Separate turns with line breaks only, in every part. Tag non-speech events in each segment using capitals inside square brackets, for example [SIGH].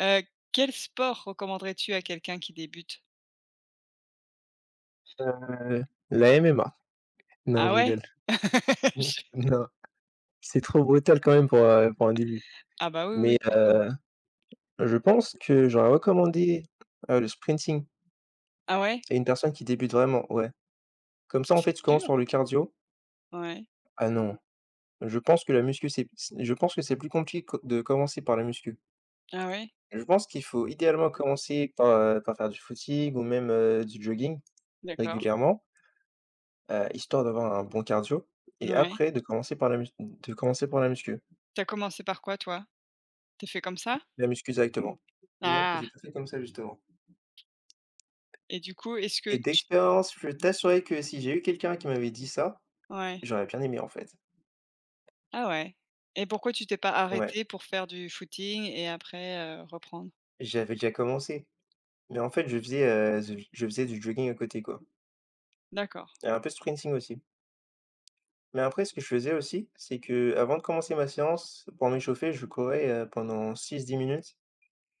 Heu, Quel sport recommanderais-tu à quelqu'un qui débute?
Heu, la MMA. Non,
Ah
je
ouais?
rigole. [LAUGHS]
[LAUGHS]
N
Je
Non, c'est trop brutal quand même pour un début.
ah bah, oui, oui,
Mais,
plutôt.
je pense que j'aurais recommandé, le sprinting
Ah ouais?
à une personne qui débute vraiment, ouais. Comme ça, en
C'est
fait, tu commences
dur?
par le cardio.
Ouais.
Ah non, je pense que la muscu, c'est je pense que c'est plus compliqué co de commencer par la muscu.
Ah ouais?
Je pense qu'il faut idéalement commencer par, par faire du footing ou même, du jogging
D'accord.
régulièrement, histoire d'avoir un bon cardio et
Ouais.
après de commencer par la mus de commencer par la muscu.
T'as commencé par quoi toi? Tu fait comme ça?
La muscu directement? Non,
Ah,
j'ai pas fait comme ça justement.
et du coup, est-ce que
Et
tu,
d'expérience, je peux t'assurer que si j'ai eu quelqu'un qui m'avait dit ça,
ouais.
j'aurais bien aimé en fait.
Ah ouais, et pourquoi tu t'es pas
Ouais,
arrêté pour faire du footing et après, reprendre?
j'avais déjà commencé. Mais en fait, je faisais, je faisais du jogging à côté quoi
D'accord.
et un peu de sprinting aussi. Mais après ce que je faisais aussi, c'est que avant de commencer ma séance, pour m'échauffer, je courais, pendant 6 10 minutes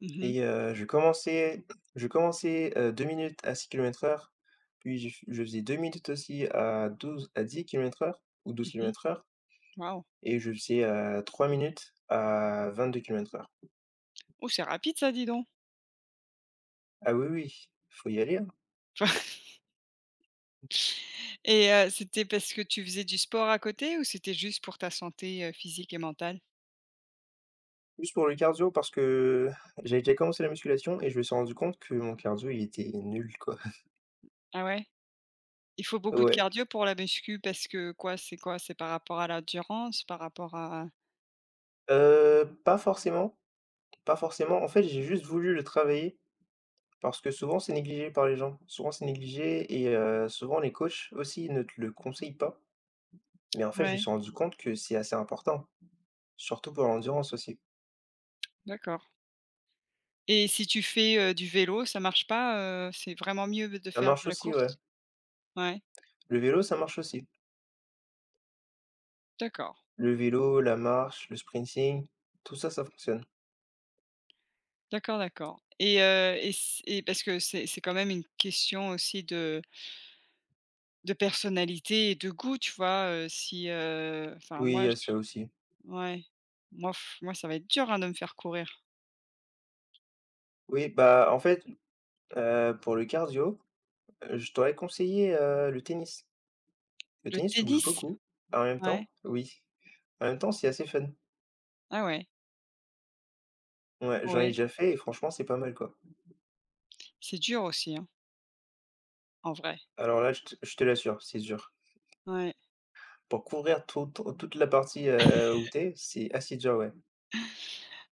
Mhm. Mhm.
et je commençais, 2 minutes à 6 kilomètres heure, puis je faisais 2 minutes aussi à douze à dix kilomètres heure ou douze
Mmh mh.
kilomètres heure
Waouh!
Et je faisais, 3 minutes à 22 kilomètres heure.
Oh, c'est rapide ça, dis donc.
Ah oui, oui, faut y aller, hein.
[LAUGHS] Et c'était parce que tu faisais du sport à côté ou c'était juste pour ta santé, physique et mentale?
Juste pour le cardio parce que [LAUGHS] j'avais déjà commencé la musculation et je me suis rendu compte que mon cardio, il était nul, quoi.
Ah ouais? Il faut beaucoup de
Ouais,
cardio pour la muscu parce que quoi? C'est quoi? C'est par rapport à l'endurance, par rapport à,
pas forcément, pas forcément. En fait, j'ai juste voulu le travailler parce que souvent c'est négligé par les gens. Souvent c'est négligé et souvent les coachs aussi ne te le conseillent pas. Mais en fait, je me
ouais,
suis rendu compte que c'est assez important, surtout pour l'endurance aussi.
d'accord. Et si tu fais, du vélo, ça marche pas, c'est vraiment mieux de
Ça
faire de
marche
la
aussi, ouais.
course? Ouais,
Le vélo, ça marche aussi.
d'accord,
Le vélo, la marche, le sprinting, tout ça, ça fonctionne.
d'accord, d'accord. Et c et parce que c'est quand même une question aussi de personnalité et de goût, tu vois? Si, enfin
Oui, il
moi.
y a ça aussi.
Ouais. Moi ça va être dur, hein, de me faire courir.
Oui, bah, en fait, pour le cardio, je t'aurais conseillé, le tennis. Le
Le
tennis, tu bouges
tennis?
beaucoup. En même
Ouais.
temps oui, en même temps, c'est assez fun.
Ah ouais.
Ouais, j'en ai
Ouais.
déjà fait et franchement, c'est pas mal, quoi.
C'est dur aussi, hein, en vrai.
Alors là, je te l'assure, c'est dur.
Ouais.
Pour courir toute la partie, où tu c'est assez dur, ouais.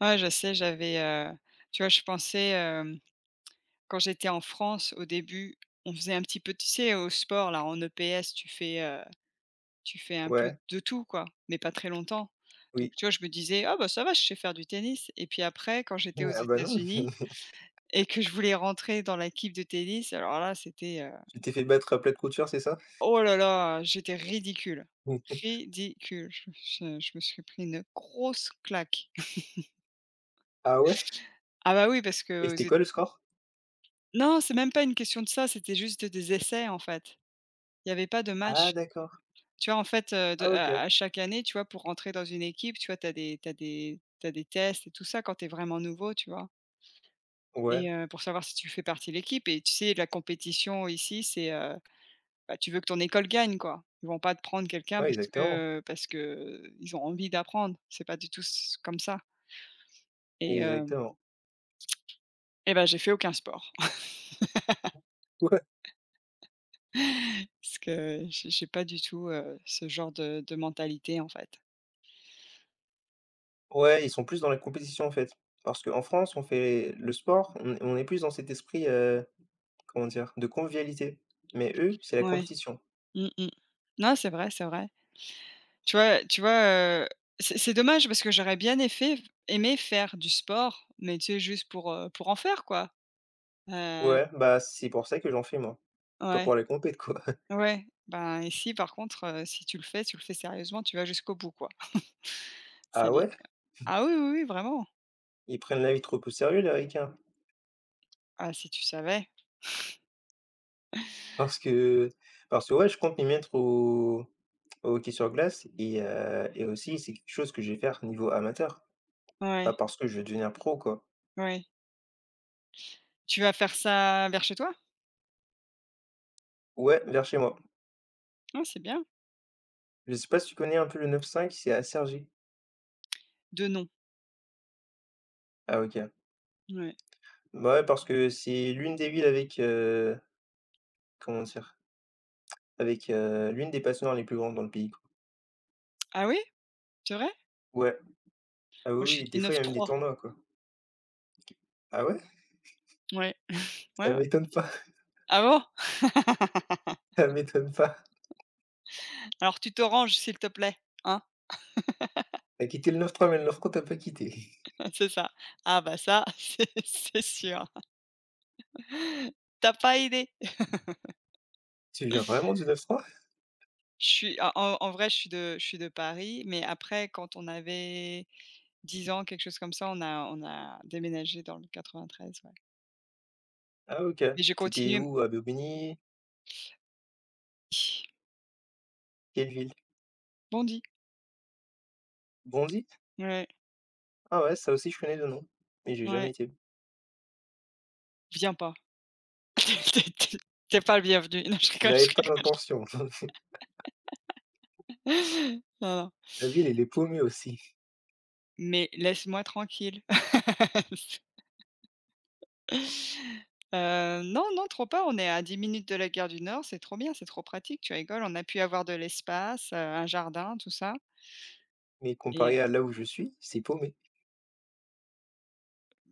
Ouais, je sais, j'avais, tu vois, je pensais, quand j'étais en France au début, on faisait un petit peu, tu sais, au sport là, en EPS, tu fais un peu
Ouais,
de tout quoi, mais pas très longtemps. Donc
oui.
tu vois, je me disais: «Ah bah ça va, je sais faire du tennis», et puis après quand j'étais aux
Ah bah, non.
États-Unis
[LAUGHS]
et que je voulais rentrer dans l'équipe de tennis, alors là, c'était,
Tu t'es fait battre à plate couture, c'est ça?
oh là là, j'étais ridicule,
[LAUGHS]
ridicule. Je me suis pris une grosse claque.
Ah ouais?
Ah bah, oui, parce
Et
que aux
c'était
Ét
quoi le score?
non, c'est même pas une question de ça, c'était juste des essais, en fait. Il y avait pas de
Ah
match.
d'accord.
Tu vois, en fait, de
Ah OK.
à chaque année, tu vois, pour rentrer dans une équipe, tu vois, tu as des t'as des t'as des tests et tout ça quand tu es vraiment nouveau, tu vois?
Ouais.
Et pour savoir si tu fais partie de l'équipe, et tu sais, la compétition ici, c'est, bah, tu veux que ton école gagne, quoi. Ils vont pas te prendre quelqu'un
Ouais,
parce
exactement,
que ils ont envie d'apprendre. C'est pas du tout s comme ça, et heu
exactement.
et ben j'ai fait aucun sport
Ouais,
[LAUGHS] parce que j'ai pas du tout, ce genre de mentalité, en fait.
ouais, ils sont plus dans la compétition, en fait. Parce qu'en France, on fait le sport, on est plus dans cet esprit, comment dire? De convivialité. Mais eux, c'est la
Ouais.
compétition.
Mmh mh. Non, c'est vrai, c'est vrai. Tu vois, c'est dommage parce que j'aurais bien aimé faire du sport, mais tu sais, juste pour en faire, quoi. Heu,
Ouais, bah, c'est pour ça que j'en fais, moi. Pas
ouais,
pour la compète, quoi. [LAUGHS]
ouais. Ben, ici, par contre, si tu le fais, tu le fais sérieusement, tu vas jusqu'au bout, quoi. C'est.
Ah ouais?
Ah oui, oui, oui, vraiment.
Ils prennent la vie trop au sérieux, les Ricains.
Ah, si tu savais.
Parce que parce que ouais, je compte m'y mettre au hockey sur glace et aussi c'est quelque chose que je vais faire niveau amateur, pas
Ouais,
parce que je vais devenir pro, quoi.
ouais. Tu vas faire ça vers chez toi?
Ouais, vers chez moi.
Ah, c'est bien.
Je sais pas si tu connais un peu le 95? C'est à Cergy.
De nom,
Ah OK.
ouais.
Bah, ouais, parce que c'est l'une des villes avec, comment dire? Avec, l'une des patinoires les plus grandes dans le pays, quoi.
Ah oui? C'est vrai?
Ouais. Ah
Moi,
oui,
je suis
oui,
du
des fois, il y a même des
9-3.
tournois, quoi. Ah ouais?
Ouais, ouais,
Ça
ouais.
m'étonne pas,
Ah bon? [LAUGHS]
[LAUGHS] ça m'étonne pas.
Alors tu te ranges, s'il te plaît, hein?
T'as quitté le 9-3 mais le 9-3 tu pas quitté. [LAUGHS]
[LAUGHS] C'est ça. Ah bah ça, [LAUGHS] c'est sûr. T'as pas idée.
Tu viens vraiment du 9-3?
Je suis en vrai, je suis de Paris, mais après, quand on avait 10 ans, quelque chose comme ça, on a déménagé dans le 93, ouais.
Ah OK.
Mais j'ai
T'étais
continué.
où? À Bobigny? Quelle ville?
Bondy,
Bondy?
[SNIFFS] ouais.
Ah ouais, ça aussi je connais le nom, mais j'ai
Ouais,
jamais été.
viens pas. [LAUGHS] T'es es tu pas le bienvenu. Non, je rigole, je
J'avais pas
rigole.
l'intention. [LAUGHS]
[LAUGHS] Non, non,
La ville, elle est paumée aussi,
mais laisse-moi tranquille. [LAUGHS] Non, non, trop pas, on est à 10 minutes de la Gare du Nord, c'est trop bien, c'est trop pratique, tu rigoles. On a pu avoir de l'espace, un jardin, tout ça,
mais
et
comparé à là où je suis, c'est paumé.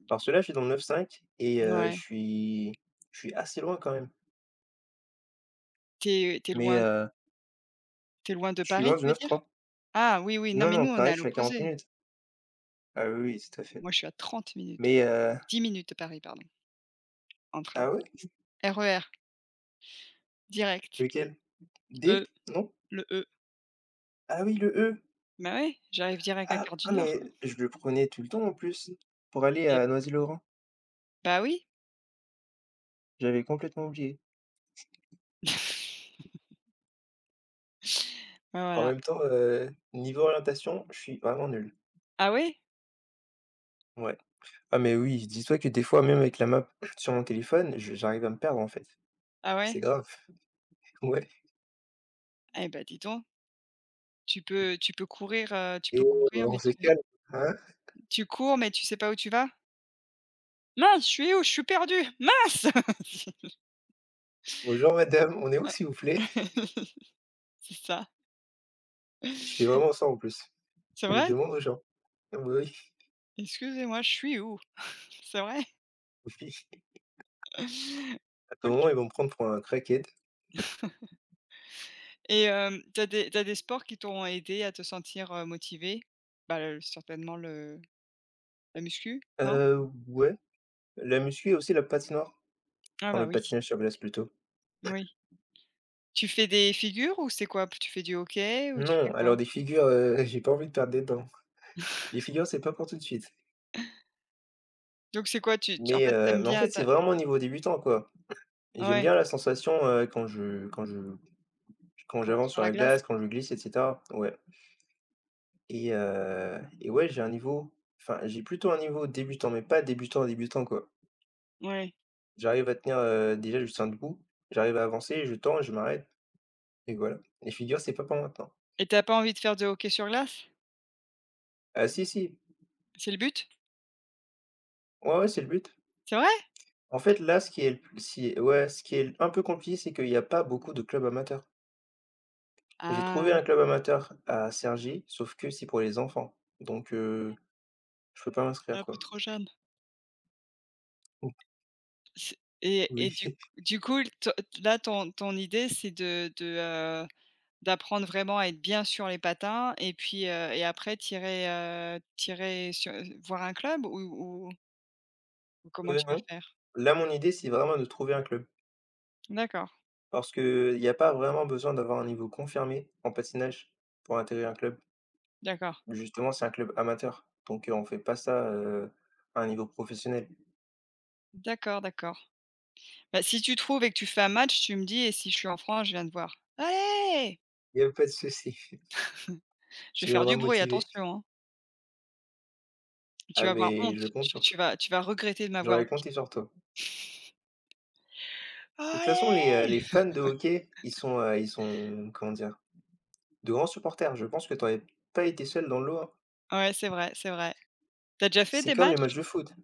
Parce que là, je suis dans le 9-5 et je
ouais.
suis je suis assez loin quand même,
t'es t'es
mais
loin t'es loin de
je suis
Paris,
loin du
tu veux dire?
9-3.
Ah oui, oui, non,
Non,
mais
non,
nous, on est
pareil,
à
je suis à 40
l'opposé.
minutes. Ah oui, oui, c'est tout à fait,
Moi, je suis à 30 minutes de
mais
Paris, 10 minutes de Paris, pardon, en train.
ah ouais?
RER direct.
Lequel? D?
E,
Non?
le E.
Ah oui, le E!
Bah ouais, j'arrive direct à
Ah
Gare du
ah
Nord,
mais je le prenais tout le temps en plus pour aller
et
à Noisy-le-Grand.
bah oui.
J'avais complètement oublié.
[LAUGHS] Bah
En
voilà.
même temps, niveau orientation, je suis vraiment nul.
Ah ouais?
Ouais. Ah mais oui, dis-toi que des fois, même avec la map sur mon téléphone, je j'arrive à me perdre, en fait.
Ah ouais?
C'est grave, [LAUGHS] ouais.
Eh bah, dis donc, tu
«Eh
peux courir,
oh, on
mais
se
tu
calme, hein?
tu cours, mais tu sais pas où tu vas? «Mince, je suis où? Je suis perdu! Mince!» [LAUGHS]
Bonjour madame, on est où
Ah.
s'il vous plaît?»
[LAUGHS] C'est ça.
Je fais vraiment ça en plus.
C'est
Je
vrai?
demande aux gens. Ah bah oui,
«Excusez-moi, je suis où?» C'est vrai?
[LAUGHS] oui. À tout moment,
OK,
ils vont me prendre pour un crackhead.
et tu des t'as des sports qui t'ont aidé à te sentir, motivé? Bah, le certainement le la muscu, non?
Heu, ouais, la muscu et aussi la patinoire.
Ah
Enfin,
bah
le
oui,
patinage sur glace plutôt.
oui. Tu fais des figures ou c'est quoi? Tu fais du hockey ou tu fais
Non,
quoi?
alors des figures, [LAUGHS] j'ai pas envie de perdre des dents. Les figures, c'est pas pour tout de suite.
Donc c'est quoi? Tu en fait, t'aimes
Mais en
bien
fait,
tu,
c'est vraiment niveau débutant, quoi. Et j'aime
ouais,
bien la sensation, quand
quand tu es
j'avance
sur
sur
la
la
glace?
glace, quand je glisse et cetera, ouais. Et et ouais, j'ai un niveau enfin, j'ai plutôt un niveau débutant, mais pas débutant, débutant, quoi.
Ouais,
J'arrive à tenir, déjà, juste un debout, j'arrive à avancer, je tends, je m'arrête et voilà, les figures c'est pas pour maintenant.
et t'as pas envie de faire de hockey sur glace?
Ah si, si,
C'est le but?
ouais, ouais, c'est le but.
C'est vrai?
En fait, là, ce qui est le p si ouais, ce qui est un peu compliqué, c'est qu'il y a pas beaucoup de clubs amateurs. J'ai trouvé
Ah,
un club amateur à Cergy, sauf que c'est pour les enfants, donc je peux pas
t'es
m'inscrire,
un peu
quoi.
trop jeune. C'est,
[LAUGHS] oui.
du coup, te là, ton idée, c'est heu, d'apprendre vraiment à être bien sur les patins, et puis, et après tirer irais, sur voir un club, ou comment tu vas
Non.
faire?
Là, mon idée, c'est vraiment de trouver un club
D'accord,
parce qu'il y a pas vraiment besoin d'avoir un niveau confirmé en patinage pour intégrer un club.
d'accord,
Justement, c'est un club amateur, donc on fait pas ça, à un niveau professionnel.
d'accord, d'accord. Bah, si tu trouves et que tu fais un match, tu me dis, et si je suis en France, je viens te voir. «Allez!»
Il y a pas de souci, [LAUGHS]
[LAUGHS] Je vais
tu
faire du
viendras me
bruit,
motiver.
attention, hein. Tu
Ah
vas avoir honte,
mais je compte
tu
sur
tu
toi,
vas tu vas regretter de m'avoir
j'aurais
dit:
compté sur toi. De toute façon, les
«Allez!»
fans de hockey, ils sont, comment dire? De grands supporters. Je pense que tu aurais pas été seul dans le lot, hein.
Ouais, c'est vrai, c'est vrai. T'as déjà fait
C'est
des
comme les matchs
matchs?
de foot.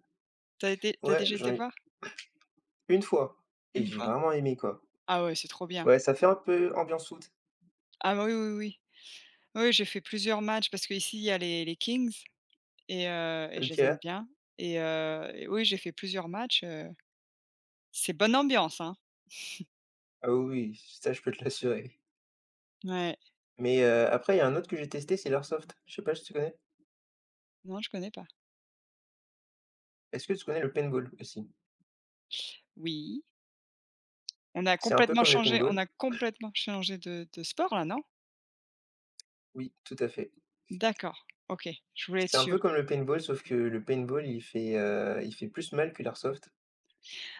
T'as été t'as
Ouais,
déjà
j'en
été
ai
voir?
une fois et
Une
j'ai
fois?
vraiment aimé, quoi.
Ah ouais, c'est trop bien.
Ouais, ça fait un peu ambiance foot.
Ah bah, oui, oui, oui. Oui, j'ai fait plusieurs matchs parce qu'ici, il y a les Kings, et je les aime
OK.
bien, et oui, j'ai fait plusieurs matchs, c'est bonne ambiance, hein.
Ah oui, oui, ça je peux te l'assurer.
Ouais.
Mais après il y a un autre que j'ai testé, c'est l'airsoft. Je sais pas si tu connais?
Non, je connais pas.
Est-ce que tu connais le paintball aussi?
Oui. On a
C'est un peu
complètement
comme le
changé on
paintball,
a complètement changé de sport là, non?
oui, tout à fait.
D'accord, OK, je voulais être
C'est un
sûre.
peu comme le paintball sauf que le paintball il fait plus mal que l'airsoft,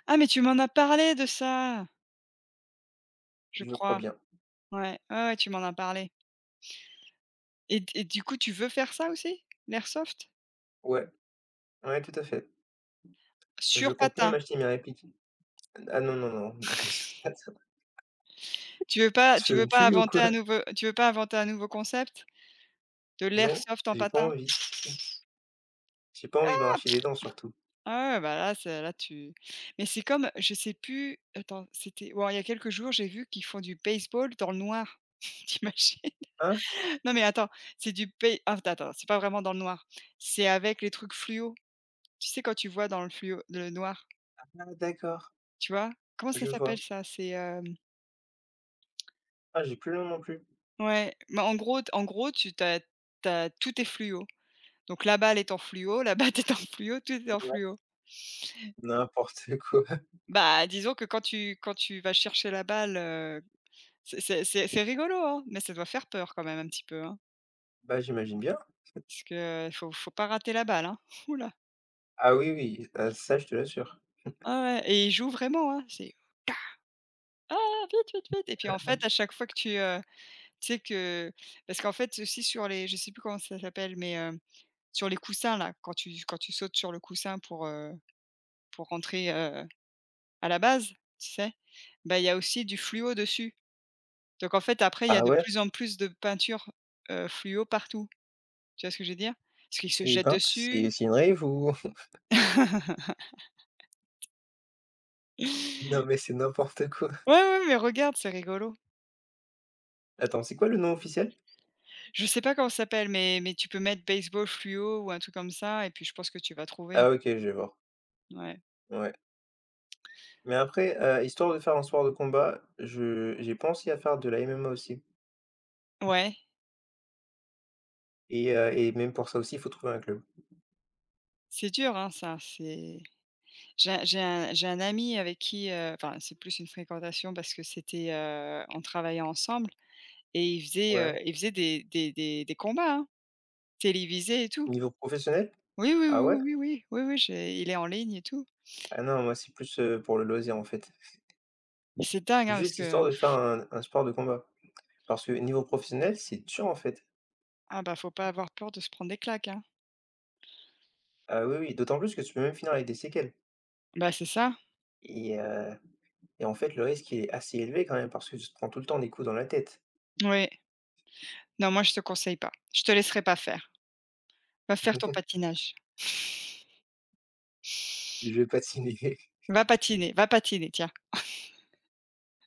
Ah, mais tu m'en as parlé de ça, je
je crois
crois.
bien.
Ouais, ouais, ouais, tu m'en as parlé, et du coup, tu veux faire ça aussi? L'airsoft?
Ouais, ouais, tout à fait. Je
Sur
compte même
patin?
acheter mes répliques. Ah non, non, non, non, [LAUGHS] ça pas ça.
Tu veux pas
Tu
tu
veux
veux
me
pas
tuer ou
inventer un
quoi?
nouveau tu veux pas inventer un nouveau concept? De
Non,
l'airsoft en
j'ai pas
patin?
envie. [LAUGHS] J'ai pas envie de m'arracher des dents surtout.
Ah ouais, bah là, c'est là tu, mais c'est comme, je sais plus, attends, c'était. Bon, il y a quelques jours, j'ai vu qu'ils font du baseball dans le noir. [LAUGHS] T'imagines?
Hein?
Non mais attends, c'est du pay ah, attends, c'est pas vraiment dans le noir. C'est avec les trucs fluo. Tu sais, quand tu vois dans le fluo le noir,
Ah d'accord,
tu vois? Comment ça
je
s'appelle
vois.
ça? C'est,
Ah j'ai plus le nom non plus.
ouais. Mais en gros tu tu as tout est fluo. Donc la balle est en fluo, la batte est en fluo, tout est en fluo.
N'importe quoi.
Bah, disons que quand tu vas chercher la balle, c'est rigolo, hein, mais ça doit faire peur quand même un petit peu, hein?
Bah, j'imagine bien.
Parce que faut pas rater la balle, hein. [LAUGHS] Ouh là!
Ah oui, oui, ah ça, je te l'assure.
Ouais, ouais, et il joue vraiment, hein, c'est. Ah! Vite, vite, vite! Et puis, en fait, à chaque fois que tu sais que, parce qu'en fait, aussi sur les je sais plus comment ça s'appelle, mais, sur les coussins là, quand tu sautes sur le coussin pour rentrer, à la base, tu sais? Bah, il y a aussi du fluo dessus. Donc en fait, après, il y a
Ah
de
ouais?
plus en plus de peinture fluo partout. Tu vois ce que je veux dire? Parce qu'ils se
Eh
jettent
ben, c'est
dessus.
c'est une rave ou? [LAUGHS]
[LAUGHS]
Non, mais c'est n'importe quoi.
Ouais, ouais, mais regarde, c'est rigolo.
Attends, c'est quoi le nom officiel?
Je sais pas comment ça s'appelle, mais tu peux mettre baseball fluo ou un truc comme ça, et puis je pense que tu vas trouver.
Ah OK, je vais voir.
Ouais.
Ouais. Mais après, histoire de faire un sport de combat, je j'ai pensé à faire de la MMA aussi
Ouais.
et même pour ça aussi, il faut trouver un club.
C'est dur, hein, ça, c'est. J'ai un ami avec qui, enfin, c'est plus une fréquentation parce que c'était, on travaillait ensemble, et il faisait,
Ouais.
heu, il faisait des combats, hein, télévisés et tout.
Niveau professionnel?
Oui, oui,
Ah
oui,
ouais?
oui, oui, oui, oui, j'ai il est en ligne et tout.
Ah non, moi, c'est plus, pour le loisir, en fait.
C'est dingue, hein, parce
Juste
que,
histoire de faire un sport de combat parce que niveau professionnel, c'est dur, en fait.
ah bah, faut pas avoir peur de se prendre des claques, hein.
Ah oui, oui, d'autant plus que tu peux même finir avec des séquelles
Bah, c'est ça.
et heu et en fait, le risque, il est assez élevé quand même parce que tu te prends tout le temps des coups dans la tête.
Oui. Non, moi, je te conseille pas. Je te laisserai pas faire. Va faire ton
[LAUGHS]
patinage.
Je
[LAUGHS]
vais pas te [LAUGHS]
Va patiner, tiens.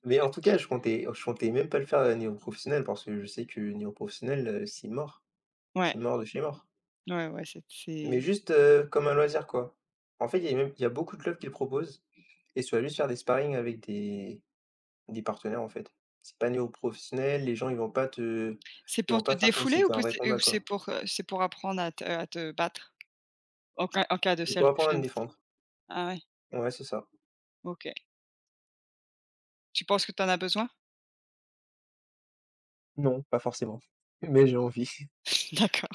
Mais en tout cas, je comptais même pas le faire, niveau professionnel parce que je sais que niveau professionnel, c'est mort.
Ouais,
C'est mort de chez mort.
ouais, ouais, c'est
Mais
c'est
juste, comme un loisir, quoi. En fait, il y a beaucoup de clubs qui le proposent et tu vas juste faire des sparring avec des partenaires, en fait. C'est pas niveau professionnel, les gens,
C'est
ils
pour
vont
te
pas faire comme si
défouler ou
c'était un
pou
vrai combat, quoi.
c'est pour apprendre à te battre? En cas de
C'est pour
self
apprendre à me
defense?
défendre.
Ah ouais,
Ouais, c'est ça.
OK. Tu penses que tu en as besoin?
Non, pas forcément, mais j'ai envie.
[LAUGHS] D'accord.